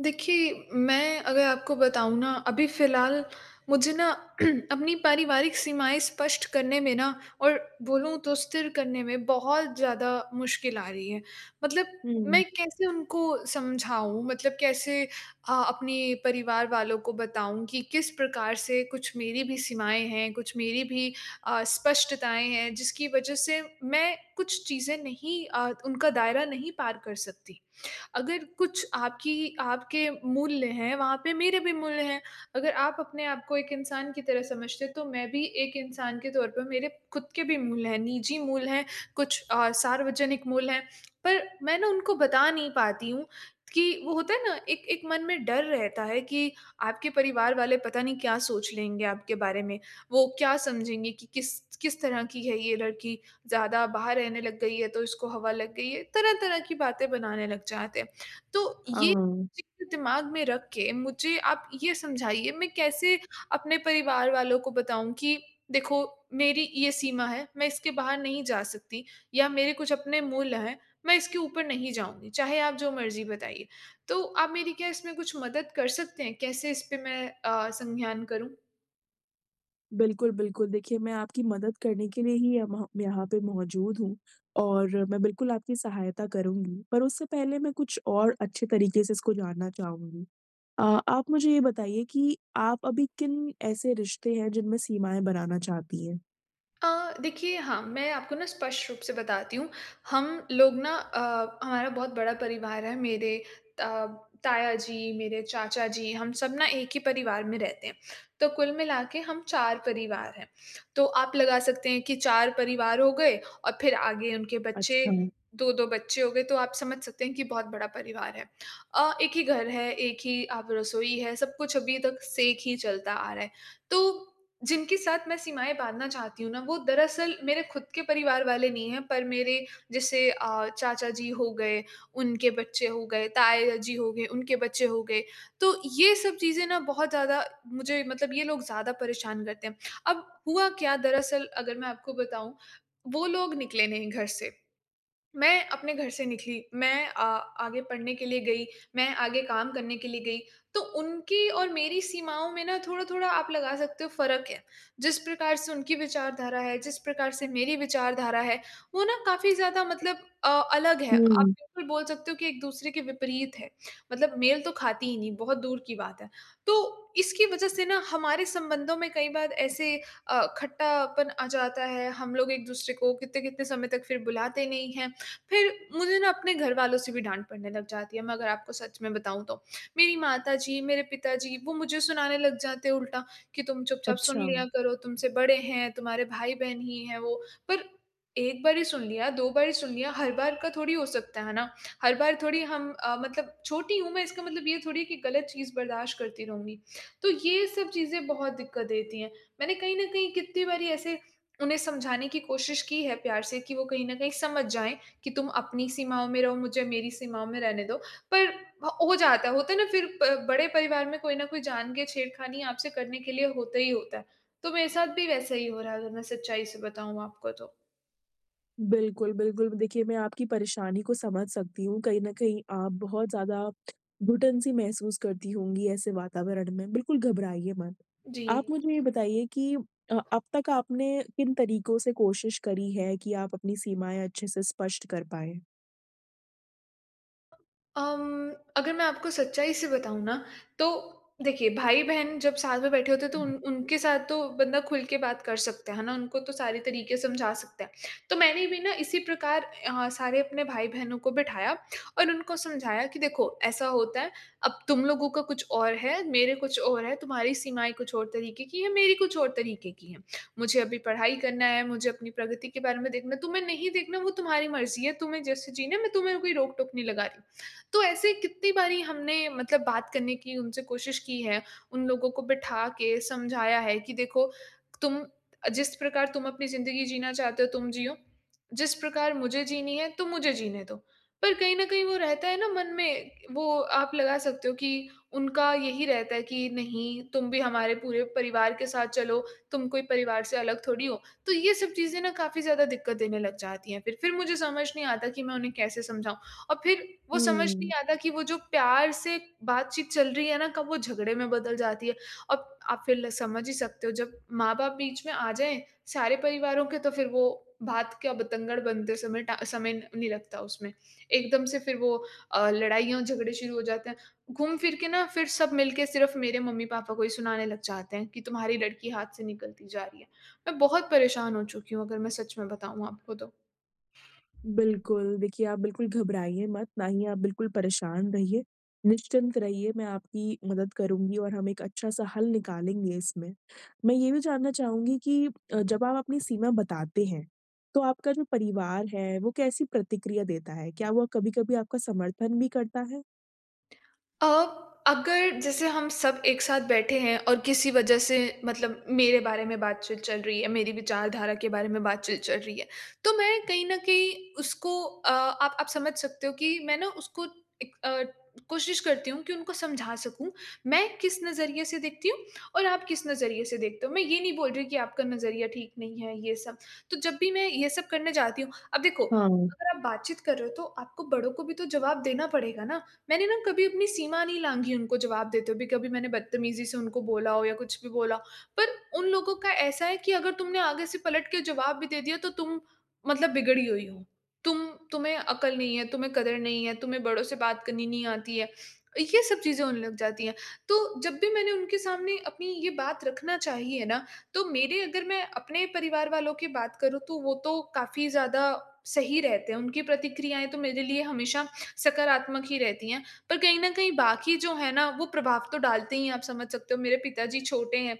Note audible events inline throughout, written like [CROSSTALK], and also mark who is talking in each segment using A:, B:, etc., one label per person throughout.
A: देखिए, मैं अगर आपको बताऊँ ना, अभी फ़िलहाल मुझे ना [CLEARS THROAT] अपनी पारिवारिक सीमाएँ स्पष्ट करने में ना और बोलूँ तो स्थिर करने में बहुत ज़्यादा मुश्किल आ रही है। मतलब
B: हुँ।
A: मैं कैसे उनको समझाऊँ? मतलब कैसे अपने परिवार वालों को बताऊँ कि किस प्रकार से कुछ मेरी भी सीमाएँ हैं, कुछ मेरी भी स्पष्टताएँ हैं, जिसकी वजह से मैं कुछ चीज़ें नहीं उनका दायरा नहीं पार कर सकती। अगर कुछ आपकी आपके मूल्य हैं, वहाँ पे मेरे भी मूल्य हैं। अगर आप अपने आप को एक इंसान की तरह समझते हैं, तो मैं भी एक इंसान के तौर पे मेरे खुद के भी मूल्य हैं, निजी मूल्य हैं, कुछ सार्वजनिक मूल्य हैं। पर मैं ना उनको बता नहीं पाती हूँ कि वो होता है ना एक एक मन में डर रहता है कि आपके परिवार वाले पता नहीं क्या सोच लेंगे आपके बारे में। वो क्या समझेंगे कि किस किस तरह की है ये लड़की? ज़्यादा बाहर रहने लग गई है तो इसको हवा लग गई है, तरह-तरह की बातें बनाने लग जाते हैं। तो ये
B: हाँ।
A: चीज़ें दिमाग में रख के मुझे आप ये समझाइए मैं कैसे अपने परिवार वालों को बताऊँ कि देखो मेरी ये सीमा है, मैं इसके बाहर नहीं जा सकती या मेरे कुछ अपने मूल्य हैं, मैं इसके ऊपर नहीं जाऊँगी, चाहे आप जो मर्ज़ी बताइए। तो आप मेरी क्या इसमें कुछ मदद कर सकते हैं? कैसे इस पे मैं संज्ञान करूँ?
B: बिल्कुल, बिल्कुल। देखिए, मैं आपकी मदद करने के लिए ही यमह यहाँ पे मौजूद हूँ और मैं बिल्कुल आपकी सहायता करूँगी। पर उससे पहले मैं कुछ और अच्छे तरीके से इसको जानना चाहूँगी। अ, आप मुझे ये बताइए कि आप अभी किन ऐसे रिश्ते हैं जिनमें सीमाएँ बनाना चाहती हैं?
A: देखिए हाँ, मैं आपको ना स्पष्ट रूप से बताती हूँ। हम लोग ना हमारा बहुत बड़ा परिवार है मेरे अ, ताया जी, मेरे चाचा जी, हम सब ना एक ही परिवार में रहते हैं। तो कुल मिला के हम 4 परिवार हैं। तो आप लगा सकते हैं कि 4 परिवार हो गए और फिर आगे उनके बच्चे
B: अच्छा।
A: 2-2 बच्चे हो गए, तो आप समझ सकते हैं कि बहुत बड़ा परिवार है। एक ही घर है, एक ही अब रसोई है, सब कुछ अभी तक सेक ही चलता आ रहा है। तो जिनके साथ मैं सीमाएँ बाँधना चाहती हूँ ना, वो दरअसल मेरे खुद के परिवार वाले नहीं हैं, पर मेरे जैसे चाचा जी हो गए, उनके बच्चे हो गए, ताया जी हो गए, उनके बच्चे हो गए। तो ये सब चीज़ें ना बहुत ज़्यादा मुझे मतलब ये लोग ज़्यादा परेशान करते हैं। अब हुआ क्या दरअसल अगर मैं आपको बताऊँ, वो लोग निकले नहीं घर से। मैं अपने घर से निकली, मैं आगे पढ़ने के लिए गई, मैं आगे काम करने के लिए गई, तो उनकी और मेरी सीमाओं में ना थोड़ा-थोड़ा आप लगा सकते हो फ़र्क है। जिस प्रकार से उनकी विचारधारा है, जिस प्रकार से मेरी विचारधारा है, वो ना काफ़ी ज़्यादा मतलब अलग है। आप
B: हुँ।
A: बिल्कुल बोल सकते हो कि एक-दूसरे के विपरीत है। मतलब मेल तो खाती ही नहीं, बहुत दूर की बात है। तो इसकी वज़ह से ना हमारे संबंधों में कई बार ऐसे खट्टापन आ जाता है, हम लोग एक-दूसरे को कितने-कितने समय तक फिर बुलाते नहीं हैं। फिर मुझे ना अपने घर वालों से भी डाँट पड़ने लग जाती है, मैं अगर आपको सच में बताऊँ तो। मेरी माताजी, मेरे पिताजी वो मुझे सुनाने लग जाते हैं उल्टा कि तुम चुपचाप सुन
B: अच्छा।
A: लिया करो, तुमसे बड़े हैं, तुम्हारे भाई-बहन ही हैं वो। पर 1 बार ही सुन लिया, 2 बार ही सुन लिया, हर बार का थोड़ी हो सकता है ना। हर बार थोड़ी हम मतलब छोटी हूँ मैं इसका मतलब ये थोड़ी है कि गलत चीज़ बर्दाश्त करती रहूँगी। तो ये सब चीज़ें बहुत दिक्कत देती हैं। मैंने कहीं न कहीं कितनी बारी ऐसे उन्हें समझाने की कोशिश की है प्यार से कि वो कहीं न कहीं समझ जाएँ। कि तुम अपनी सीमाओं में रहो, मुझे मेरी सीमाओं में रहने दो। पर ह हो जाता है, होता है ना फिर प बड़े परिवार में कोई न कोई जान के छेड़खानी आपसे करने के लिए होता ही होता है। तो मेरे साथ भी वैसा ही हो रहा है अगर मैं सच्चाई से बताऊँ आपको तो।
B: बिल्कुल, बिल्कुल। देखिए, मैं आपकी परेशानी को समझ सकती हूँ। कहीं न कहीं आप बहुत ज़्यादा घुटन-सी महसूस करती होंगी ऐसे वातावरण में। बिल्कुल घबराइए मत।
A: जी।
B: आप मुझे ये बताइए कि अब तक आपने किन तरीकों से कोशिश करी है कि आप अपनी सीमाएँ अच्छे से स्पष्ट कर पाएँ?
A: अम, अगर मैं आपको सच्चाई से बताऊँ ना, तो देखिए भाई-बहन जब साथ में बैठे होते हैं तो उन उनके साथ तो बंदा खुल के बात कर सकता है ना? उनको तो सारे तरीके समझा सकता है। तो मैंने भी ना इसी प्रकार सारे अपने भाई-बहनों को बिठाया और उनको समझाया कि देखो ऐसा होता है, अब तुम लोगों का कुछ और है, मेरे कुछ और है, तुम्हारी सीमाएँ कुछ और तरीके की हैं, मेरी कुछ और तरीके की हैं। मुझे अभी पढ़ाई करना है, मुझे अपनी प्रगति के बारे में देखना है, तुम्हें नहीं देखना वो तुम्हारी मर्ज़ी है, तुम्हें जैसे जीना है मैं तुम्हें कोई रोक-टोक नहीं लगा रही। तो ऐसे कितनी बारी हमने मतलब बात करने की उनसे कोशिश की है, उन लोगों को बिठा के समझाया है कि देखो तुम जिस प्रकार तुम अपनी ज़िंदगी जीना चाहते हो तुम जियो, जिस प्रकार मुझे जीनी है तो मुझे जीने दो। पर कहीं न कहीं वो रहता है ना मन में, वो आप लगा सकते हो कि उनका यही रहता है कि नहीं तुम भी हमारे पूरे परिवार के साथ चलो, तुम कोई परिवार से अलग थोड़ी हो। तो ये सब चीज़ें ना काफ़ी ज़्यादा दिक्कत देने लग जाती हैं फिर। फिर मुझे समझ नहीं आता कि मैं उन्हें कैसे समझाऊँ? और फिर वो समझ नहीं
B: हुँ।
A: आता कि वो जो प्यार से बातचीत चल रही है ना कब वो झगड़े में बदल जाती है। अब आप फिर ल समझ ही सकते हो जब माँ-बाप बीच में आ जाएँ सारे परिवारों के तो फिर वो बात क्या बतंगड़ बनते समय टा समय नहीं लगता उसमें। एकदम से फिर वो लड़ाइयाँ झगड़े शुरू हो जाते हैं। घूम फिर के ना फिर सब मिलके सिर्फ़ मेरे मम्मी-पापा को ही सुनाने लग जाते हैं कि तुम्हारी लड़की हाथ से निकलती जा रही है। मैं बहुत परेशान हो चुकी हूँ अगर मैं सच में बताऊँ आपको तो।
B: बिल्कुल, देखिए आप बिल्कुल घबराइए मत, ना ही आप बिल्कुल परेशान रहिए। निश्चिंत रहिए, मैं आपकी मदद करूँगी और हम एक अच्छा-सा हल निकालेंगे इसमें। मैं ये भी जानना चाहूँगी कि जब आप अपनी सीमा बताते हैं, तो आपका जो परिवार है, वो कैसी प्रतिक्रिया देता है? क्या वो कभी-कभी आपका समर्थन भी करता है?
A: अ, अगर जैसे हम सब एक साथ बैठे हैं और किसी वजह से मतलब मेरे बारे में बातचीत चल रही है, मेरी विचारधारा के बारे में बातचीत चल रही है, तो मैं कहीं न कहीं उसको आप समझ सकते हो कि मैं ना उसको एक कोशिश करती हूँ कि उनको समझा सकूँ, मैं किस नज़रिए से देखती हूँ और आप किस नज़रिए से देखते हो। मैं ये नहीं बोल रही कि आपका नज़रिया ठीक नहीं है, ये सब। तो जब भी मैं ये सब करने जाती हूँ अब देखो,
B: हाँ।
A: अगर आप बातचीत कर रहे हो तो आपको बड़ों को भी तो जवाब देना पड़ेगा ना। मैंने ना कभी अपनी सीमा नहीं लांघी उनको जवाब देते हुए भी, कभी मैंने बदतमीज़ी से उनको बोला हो या कुछ भी बोला हो। पर उन लोगों का ऐसा है कि अगर तुमने आगे से पलट के जवाब भी दे दिया तो तुम मतलब बिगड़ी हुई हो। तुम तुम्हें अकल नहीं है, तुम्हें कदर नहीं है, तुम्हें बड़ों से बात करनी नहीं आती है। ये सब चीज़ें होने लग जाती हैं। तो जब भी मैंने उनके सामने अपनी ये बात रखना चाहिए ना, तो मेरे अगर मैं अपने परिवार वालों की बात करूँ तो वो तो काफ़ी ज़्यादा सही रहते हैं। उनकी प्रतिक्रियाएँ तो मेरे लिए हमेशा सकारात्मक ही रहती हैं। पर कहीं न कहीं बाकी जो है ना, वो प्रभाव तो डालते ही हैं, आप समझ सकते हो मेरे पिताजी छोटे हैं।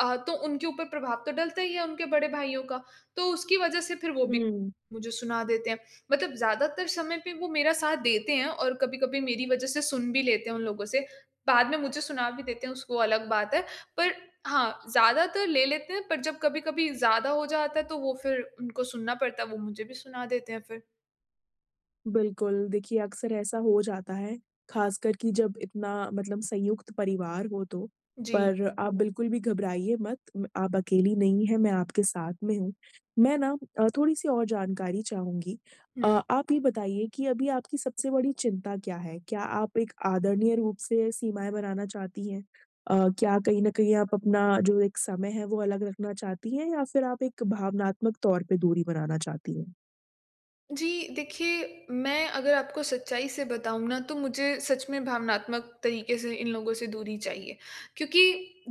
A: तो उनके ऊपर प्रभाव तो डलता ही है उनके बड़े भाइयों का, तो उसकी वज़ह से फिर वो भी
B: हुँ।
A: मुझे सुना देते हैं। मतलब ज़्यादातर समय पे वो मेरा साथ देते हैं और कभी-कभी मेरी वज़ह से सुन भी लेते हैं उन लोगों से। बाद में मुझे सुना भी देते हैं, उसको अलग बात है। पर हाँ, ज़्यादातर ले लेते हैं पर जब कभी-कभी ज़्यादा हो जाता है, तो वो फिर उनको सुनना पड़ता है, वो मुझे भी सुना देते हैं फिर।
B: बिल्कुल, देखिए अक्सर ऐसा हो जाता है, ख़ासकर कि जब इतना मतलब संयुक्त परिवार हो तो।
A: जी।
B: पर आप बिल्कुल भी घबराइए मत, म आप अकेली नहीं हैं, मैं आपके साथ में हूँ। मैं ना थोड़ी-सी और जानकारी चाहूँगी।
A: हुँ।
B: आप ये बताइए कि अभी आपकी सबसे बड़ी चिंता क्या है? क्या आप एक आदरणीय रूप से सीमाएँ बनाना चाहती हैं? क्या कहीं न कहीं आप अपना जो एक समय है, वो अलग रखना चाहती हैं या फिर आप एक भावनात्मक तौर पे दूरी बनाना चाहती हैं?
A: जी, देखिए, मैं अगर आपको सच्चाई से बताऊँ ना, तो मुझे सच में भावनात्मक तरीके से इन लोगों से दूरी चाहिए। क्योंकि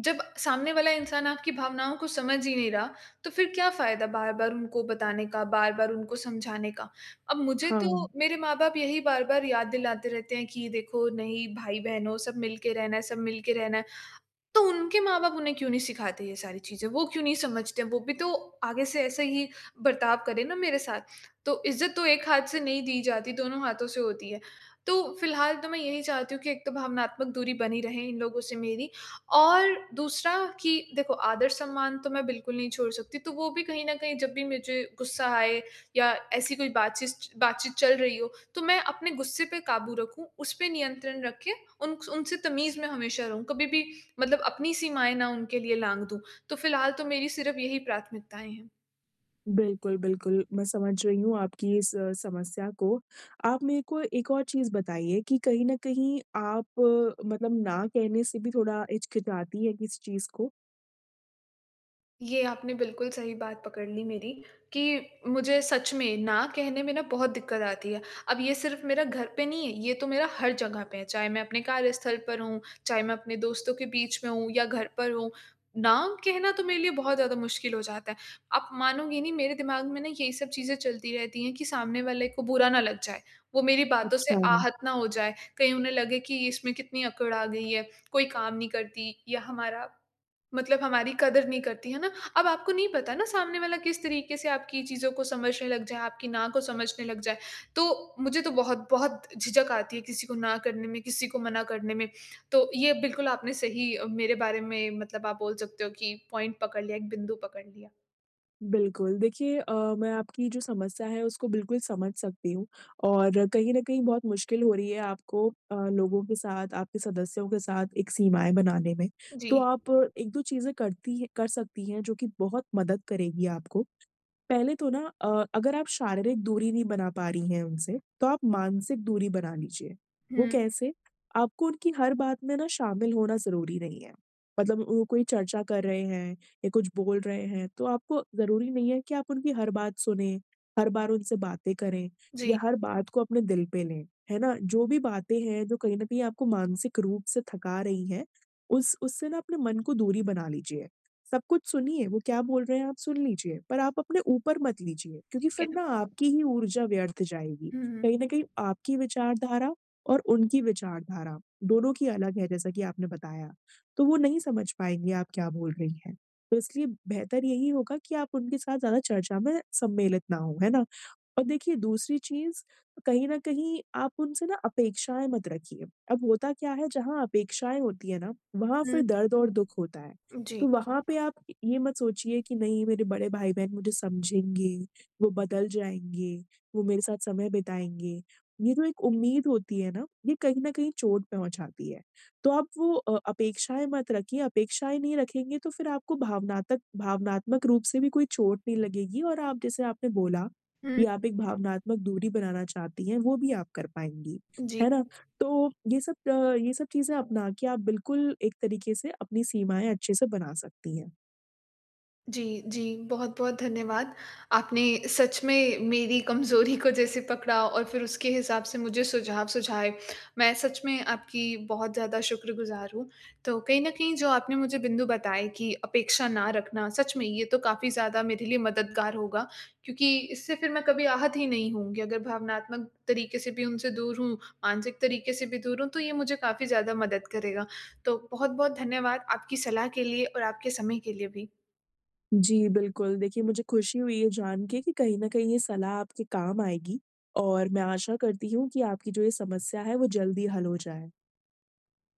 A: जब सामने वाला इंसान आपकी भावनाओं को समझ ही नहीं रहा, तो फिर क्या फ़ायदा बार-बार उनको बताने का, बार-बार उनको समझाने का। अब मुझे
B: हाँ।
A: तो मेरे माँ-बाप यही बार-बार याद दिलाते रहते हैं कि देखो नहीं भाई-बहन हो, सब मिल के रहना है, सब मिल के रहना है। तो उनके माँ-बाप उन्हें क्यों नहीं सिखाते ये सारी चीज़ें? वो क्यों नहीं समझते? वो भी तो आगे से ऐसा ही बर्ताव करें ना मेरे साथ। तो इज़्ज़त तो एक हाथ से नहीं दी जाती, दोनों हाथों से होती है। तो फ़िलहाल तो मैं यही चाहती हूँ कि एक तो भावनात्मक दूरी बनी रहे इन लोगों से मेरी और दूसरा कि देखो आदर-सम्मान तो मैं बिल्कुल नहीं छोड़ सकती, तो वो भी कहीं न कहीं जब भी मुझे गुस्सा आए या ऐसी कोई बातचीत बातचीत चल रही हो, तो मैं अपने गुस्से पे काबू रखूँ, उस पे नियंत्रण रख के उन उनसे तमीज़ में हमेशा रहूँ। कभी भी मतलब अपनी सीमाएँ ना उनके लिए लाँघ दूँ। तो फिलहाल तो मेरी सिर्फ़ यही प्राथमिकताएँ हैं।
B: बिल्कुल, बिल्कुल, मैं समझ रही हूँ आपकी इस समस्या को। आप मेरे को एक और चीज़ बताइए कि कहीं न कहीं आप मतलब ना कहने से भी थोड़ा हिचकिचाती हैं किसी चीज़ को?
A: ये आपने बिल्कुल सही बात पकड़ ली मेरी कि मुझे सच में ना कहने में ना बहुत दिक्कत आती है। अब ये सिर्फ़ मेरा घर पे नहीं है, ये तो मेरा हर जगह पे है। चाहे मैं अपने कार्यस्थल पर हूँ, चाहे मैं अपने दोस्तों के बीच में हूँ या घर पर हूँ। ना कहना तो मेरे लिए बहुत ज़्यादा मुश्किल हो जाता है। आप मानोगे नहीं मेरे दिमाग में ना यही सब चीज़ें चलती रहती हैं कि सामने वाले को बुरा ना लग जाए। वो मेरी बातों से
B: हाँ।
A: आहत ना हो जाए। कहीं उन्हें लगे कि इसमें कितनी अकड़ आ गई है, कोई काम नहीं करती या हमारा मतलब हमारी कदर नहीं करती, है ना? अब आपको नहीं पता ना सामने वाला किस तरीके से आपकी चीज़ों को समझने लग जाए, आपकी ना को समझने लग जाए। तो मुझे तो बहुत-बहुत झिझक आती है किसी को ना करने में, किसी को मना करने में। तो ये बिल्कुल आपने सही मेरे बारे में मतलब आप बोल सकते हो कि पॉइंट पकड़ लिया, एक बिंदु पकड़ लिया।
B: बिल्कुल, देखिए मैं आपकी जो समस्या है उसको बिल्कुल समझ सकती हूँ और कहीं न कहीं बहुत मुश्किल हो रही है आपको लोगों के साथ, आपके सदस्यों के साथ एक सीमाएँ बनाने में।
A: जी।
B: तो आप 1-2 चीज़ें करती हैं कर सकती हैं जो कि बहुत मदद करेगी आपको। पहले तो ना अगर आप शारीरिक दूरी नहीं बना पा रही हैं उनसे, तो आप मानसिक दूरी बना लीजिए। वो
A: हुँ।
B: कैसे? आपको उनकी हर बात में ना शामिल होना ज़रूरी नहीं है। मतलब वो कोई चर्चा कर रहे हैं या कुछ बोल रहे हैं, तो आपको ज़रूरी नहीं है कि आप उनकी हर बात सुनें, हर बार उनसे बातें करें या
A: जी,
B: हर बात को अपने दिल पे लें, है ना? जो भी बातें हैं, जो कहीं न कहीं आपको मानसिक रूप से थका रही हैं, उस उससे ना अपने मन को दूरी बना लीजिए। सब कुछ सुनिए, वो क्या बोल रहे हैं आप सुन लीजिए, पर आप अपने ऊपर मत लीजिए क्योंकि
A: ठीक
B: फिर
A: है।
B: ना आपकी ही ऊर्जा व्यर्थ जाएगी।
A: हुँ, हुँ।
B: कहीं न कहीं आपकी विचारधारा और उनकी विचारधारा दोनों की अलग है जैसा कि आपने बताया, तो वो नहीं समझ पाएँगे आप क्या बोल रही हैं। तो इसलिए बेहतर यही होगा कि आप उनके साथ ज़्यादा चर्चा में सम्मिलित ना हों, है ना? और देखिए दूसरी चीज़ कहीं न कहीं आप उनसे ना अपेक्षाएँ मत रखिए। अब होता क्या है जहाँ अपेक्षाएँ होती हैं ना, वहाँ फिर
A: हुँ,
B: दर्द और दुःख होता है।
A: जी।
B: तो वहाँ पे आप ये मत सोचिए कि नहीं मेरे बड़े भाई-बहन मुझे समझेंगे, वो बदल जाएँगे, वो मेरे साथ समय बिताएँगे। ये जो एक उम्मीद होती है ना, ये कहीं न कहीं चोट पहुँचाती है। तो आप वो अपेक्षाएँ मत रखिए, अपेक्षाएँ नहीं रखेंगे तो फिर आपको भावनातक भावनात्मक रूप से भी कोई चोट नहीं लगेगी और आप जैसे आपने बोला
A: हुँ,
B: कि आप एक भावनात्मक दूरी बनाना चाहती हैं, वो भी आप कर पाएँगी,
A: जी।
B: है ना? तो ये सब ये सब चीज़ें अपना के आप बिल्कुल एक तरीके से अपनी सीमाएँ अच्छे से बना सकती हैं।
A: जी, जी, बहुत-बहुत धन्यवाद। आपने सच में मेरी कमज़ोरी को जैसे पकड़ा और फिर उसके हिसाब से मुझे सुझाव सुझाए। मैं सच में आपकी बहुत ज़्यादा शुक्रगुज़ार हूँ। तो कहीं न कहीं जो आपने मुझे बिंदु बताए कि अपेक्षा ना रखना, सच में ये तो काफ़ी ज़्यादा मेरे लिए मददगार होगा क्योंकि इससे फिर मैं कभी आहत ही नहीं होंगी। अगर भावनात्मक तरीके से भी उनसे दूर हूँ, मानसिक तरीके से भी दूर हूँ, तो ये मुझे काफ़ी ज़्यादा मदद करेगा। तो बहुत-बहुत धन्यवाद आपकी सलाह के लिए और आपके समय के लिए भी।
B: जी, बिल्कुल, देखिए मुझे खुशी हुई है जान के कि कहीं न कहीं ये सलाह आपके काम आएगी और मैं आशा करती हूँ कि आपकी जो ये समस्या है वो जल्दी हल हो जाए।